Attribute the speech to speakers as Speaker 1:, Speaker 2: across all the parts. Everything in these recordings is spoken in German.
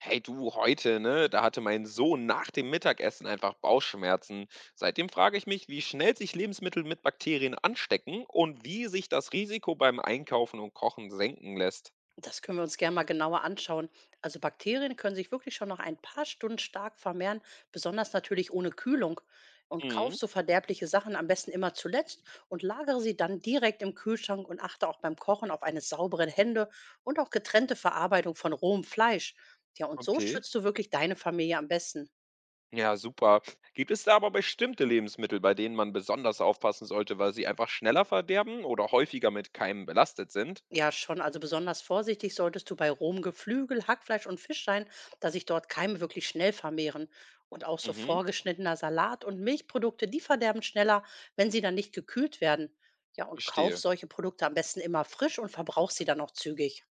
Speaker 1: Hey du, heute, ne? Da hatte mein Sohn nach dem Mittagessen einfach Bauchschmerzen. Seitdem frage ich mich, wie schnell sich Lebensmittel mit Bakterien anstecken und wie sich das Risiko beim Einkaufen und Kochen senken lässt.
Speaker 2: Das können wir uns gerne mal genauer anschauen. Also Bakterien können sich wirklich schon nach ein paar Stunden stark vermehren, besonders natürlich ohne Kühlung. Und kauf
Speaker 1: Mhm,
Speaker 2: so verderbliche Sachen am besten immer zuletzt und lagere sie dann direkt im Kühlschrank und achte auch beim Kochen auf eine saubere Hände und auch getrennte Verarbeitung von rohem Fleisch. Ja, und so
Speaker 1: okay.
Speaker 2: schützt du wirklich deine Familie am besten.
Speaker 1: Ja, super. Gibt es da aber bestimmte Lebensmittel, bei denen man besonders aufpassen sollte, weil sie einfach schneller verderben oder häufiger mit Keimen belastet sind?
Speaker 2: Ja, schon. Also besonders vorsichtig solltest du bei rohem Geflügel, Hackfleisch und Fisch sein, da sich dort Keime wirklich schnell vermehren. Und auch so
Speaker 1: Mhm,
Speaker 2: vorgeschnittener Salat und Milchprodukte, die verderben schneller, wenn sie dann nicht gekühlt werden. Ja, und kauf
Speaker 1: verstehe.
Speaker 2: solche Produkte am besten immer frisch und verbrauch sie dann auch zügig.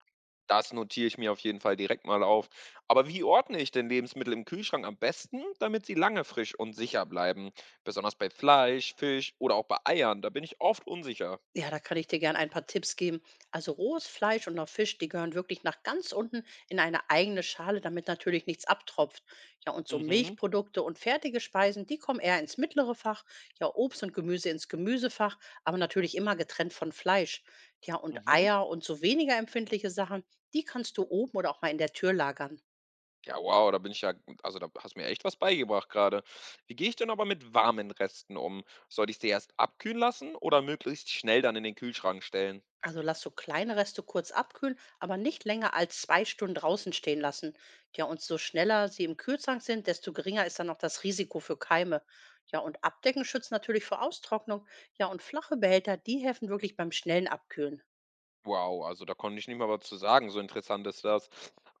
Speaker 1: Das notiere ich mir auf jeden Fall direkt mal auf. Aber wie ordne ich denn Lebensmittel im Kühlschrank am besten, damit sie lange frisch und sicher bleiben? Besonders bei Fleisch, Fisch oder auch bei Eiern, da bin ich oft unsicher.
Speaker 2: Ja, da kann ich dir gern ein paar Tipps geben. Also rohes Fleisch und auch Fisch, die gehören wirklich nach ganz unten in eine eigene Schale, damit natürlich nichts abtropft. Ja, und so
Speaker 1: Mhm,
Speaker 2: Milchprodukte und fertige Speisen, die kommen eher ins mittlere Fach. Ja, Obst und Gemüse ins Gemüsefach, aber natürlich immer getrennt von Fleisch. Ja, und
Speaker 1: mhm.
Speaker 2: Eier und so weniger empfindliche Sachen, die kannst du oben oder auch mal in der Tür lagern.
Speaker 1: Ja, wow, da bin ich ja, also da hast du mir echt was beigebracht gerade. Wie gehe ich denn aber mit warmen Resten um? Sollte ich sie erst abkühlen lassen oder möglichst schnell dann in den Kühlschrank stellen?
Speaker 2: Also lass so kleine Reste kurz abkühlen, aber nicht länger als 2 Stunden draußen stehen lassen. Ja, und so schneller sie im Kühlschrank sind, desto geringer ist dann auch das Risiko für Keime. Ja, und Abdecken schützt natürlich vor Austrocknung. Ja, und flache Behälter, die helfen wirklich beim schnellen Abkühlen.
Speaker 1: Wow, also da konnte ich nicht mal was zu sagen, so interessant ist das.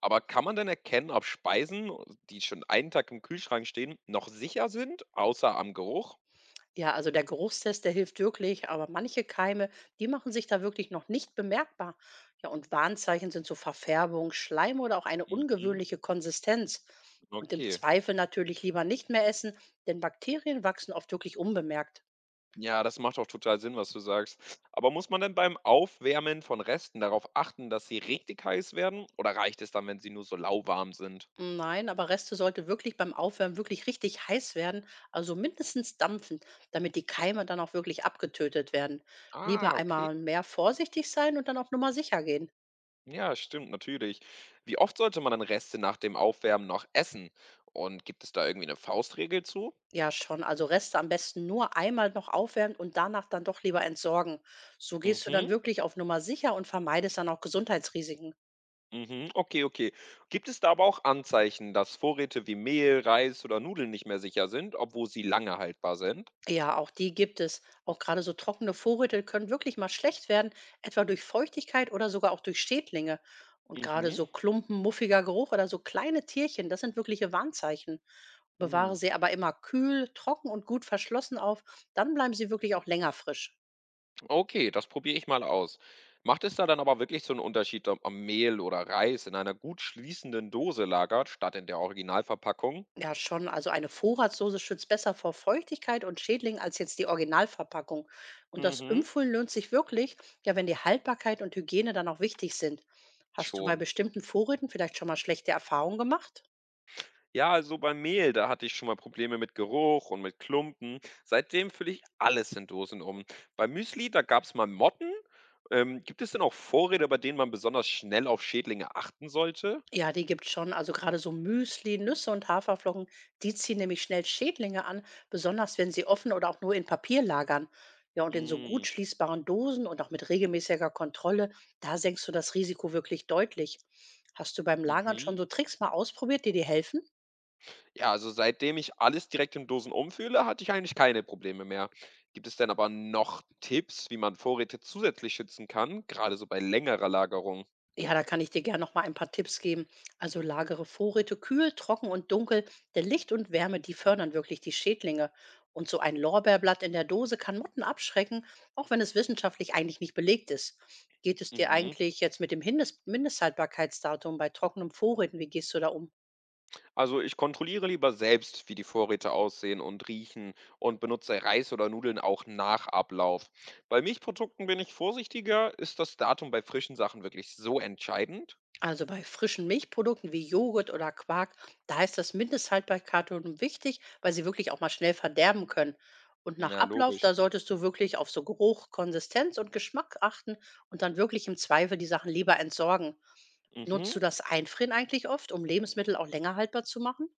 Speaker 1: Aber kann man denn erkennen, ob Speisen, oh, die schon einen Tag im Kühlschrank stehen, noch sicher sind, außer am Geruch?
Speaker 2: Ja, also der Geruchstest, der hilft wirklich, aber manche Keime, die machen sich da wirklich noch nicht bemerkbar. Ja, und Warnzeichen sind so Verfärbung, Schleim oder auch eine
Speaker 1: Mhm.
Speaker 2: ungewöhnliche Konsistenz. Und im
Speaker 1: Okay.
Speaker 2: Zweifel natürlich lieber nicht mehr essen, denn Bakterien wachsen oft wirklich unbemerkt.
Speaker 1: Ja, das macht auch total Sinn, was du sagst. Aber muss man denn beim Aufwärmen von Resten darauf achten, dass sie richtig heiß werden? Oder reicht es dann, wenn sie nur so lauwarm sind?
Speaker 2: Nein, aber Reste sollte wirklich beim Aufwärmen wirklich richtig heiß werden, also mindestens dampfend, damit die Keime dann auch wirklich abgetötet werden.
Speaker 1: Ah,
Speaker 2: Lieber
Speaker 1: okay.
Speaker 2: einmal mehr vorsichtig sein und dann auf Nummer sicher gehen.
Speaker 1: Ja, stimmt, natürlich. Wie oft sollte man dann Reste nach dem Aufwärmen noch essen? Und gibt es da irgendwie eine Faustregel zu?
Speaker 2: Ja, schon. Also Reste am besten nur einmal noch aufwärmen und danach dann doch lieber entsorgen. So gehst du dann
Speaker 1: Mhm.
Speaker 2: wirklich auf Nummer sicher und vermeidest dann auch Gesundheitsrisiken.
Speaker 1: Mhm, okay, okay. Gibt es da aber auch Anzeichen, dass Vorräte wie Mehl, Reis oder Nudeln nicht mehr sicher sind, obwohl sie lange haltbar sind?
Speaker 2: Ja, auch die gibt es. Auch gerade so trockene Vorräte können wirklich mal schlecht werden, etwa durch Feuchtigkeit oder sogar auch durch Schädlinge. Und gerade
Speaker 1: Mhm.
Speaker 2: so Klumpen, muffiger Geruch oder so kleine Tierchen, das sind wirkliche Warnzeichen. Bewahre
Speaker 1: Hm.
Speaker 2: sie aber immer kühl, trocken und gut verschlossen auf, dann bleiben sie wirklich auch länger frisch.
Speaker 1: Okay, das probiere ich mal aus. Macht es da dann aber wirklich so einen Unterschied, ob am Mehl oder Reis in einer gut schließenden Dose lagert, statt in der Originalverpackung?
Speaker 2: Ja, schon. Also eine Vorratsdose schützt besser vor Feuchtigkeit und Schädlingen als jetzt die Originalverpackung. Und das
Speaker 1: Mhm.
Speaker 2: Impfen lohnt sich wirklich, ja, wenn die Haltbarkeit und Hygiene dann auch wichtig sind. Hast du bei
Speaker 1: Schon.
Speaker 2: bestimmten Vorräten vielleicht schon mal schlechte Erfahrungen gemacht?
Speaker 1: Ja, also beim Mehl, da hatte ich schon mal Probleme mit Geruch und mit Klumpen. Seitdem fülle ich alles in Dosen um. Bei Müsli, da gab es mal Motten. Gibt es denn auch Vorräte, bei denen man besonders schnell auf Schädlinge achten sollte?
Speaker 2: Ja, die gibt's schon. Also gerade so Müsli, Nüsse und Haferflocken, die ziehen nämlich schnell Schädlinge an, besonders wenn sie offen oder auch nur in Papier lagern. Ja, und in so
Speaker 1: Mm,
Speaker 2: gut schließbaren Dosen und auch mit regelmäßiger Kontrolle, da senkst du das Risiko wirklich deutlich. Hast du beim Lagern schon
Speaker 1: mhm.
Speaker 2: so Tricks mal ausprobiert, die dir helfen?
Speaker 1: Ja, also seitdem ich alles direkt in Dosen umfühle, hatte ich eigentlich keine Probleme mehr. Gibt es denn aber noch Tipps, wie man Vorräte zusätzlich schützen kann, gerade so bei längerer Lagerung?
Speaker 2: Ja, da kann ich dir gerne noch mal ein paar Tipps geben. Also lagere Vorräte kühl, trocken und dunkel, denn Licht und Wärme, die fördern wirklich die Schädlinge. Und so ein Lorbeerblatt in der Dose kann Motten abschrecken, auch wenn es wissenschaftlich eigentlich nicht belegt ist. Geht es dir
Speaker 1: Mhm.
Speaker 2: eigentlich jetzt mit dem Mindesthaltbarkeitsdatum bei trockenem Vorräten? Wie gehst du da um?
Speaker 1: Also ich kontrolliere lieber selbst, wie die Vorräte aussehen und riechen und benutze Reis oder Nudeln auch nach Ablauf. Bei Milchprodukten bin ich vorsichtiger. Ist das Datum bei frischen Sachen wirklich so entscheidend?
Speaker 2: Also bei frischen Milchprodukten wie Joghurt oder Quark, da ist das Mindesthaltbarkeitsdatum wichtig, weil sie wirklich auch mal schnell verderben können. Und nach
Speaker 1: Ja,
Speaker 2: Ablauf,
Speaker 1: logisch.
Speaker 2: da solltest du wirklich auf so Geruch, Konsistenz und Geschmack achten und dann wirklich im Zweifel die Sachen lieber entsorgen. Nutzt
Speaker 1: Mhm.
Speaker 2: du das Einfrieren eigentlich oft, um Lebensmittel auch länger haltbar zu machen?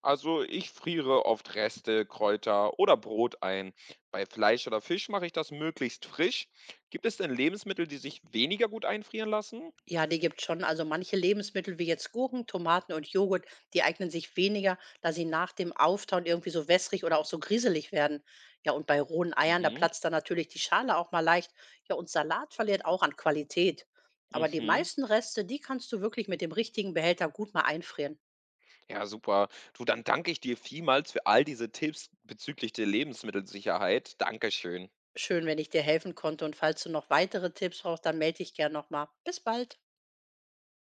Speaker 1: Also ich friere oft Reste, Kräuter oder Brot ein. Bei Fleisch oder Fisch mache ich das möglichst frisch. Gibt es denn Lebensmittel, die sich weniger gut einfrieren lassen?
Speaker 2: Ja, die gibt's schon. Also manche Lebensmittel wie jetzt Gurken, Tomaten und Joghurt, die eignen sich weniger, da sie nach dem Auftauen irgendwie so wässrig oder auch so grieselig werden. Ja, und bei rohen Eiern, da
Speaker 1: Mhm.
Speaker 2: platzt dann natürlich die Schale auch mal leicht. Ja, und Salat verliert auch an Qualität. Aber die
Speaker 1: Mhm.
Speaker 2: meisten Reste, die kannst du wirklich mit dem richtigen Behälter gut mal einfrieren.
Speaker 1: Ja, super. Du, dann danke ich dir vielmals für all diese Tipps bezüglich der Lebensmittelsicherheit. Dankeschön.
Speaker 2: Schön, wenn ich dir helfen konnte. Und falls du noch weitere Tipps brauchst, dann melde dich gern nochmal. Bis bald.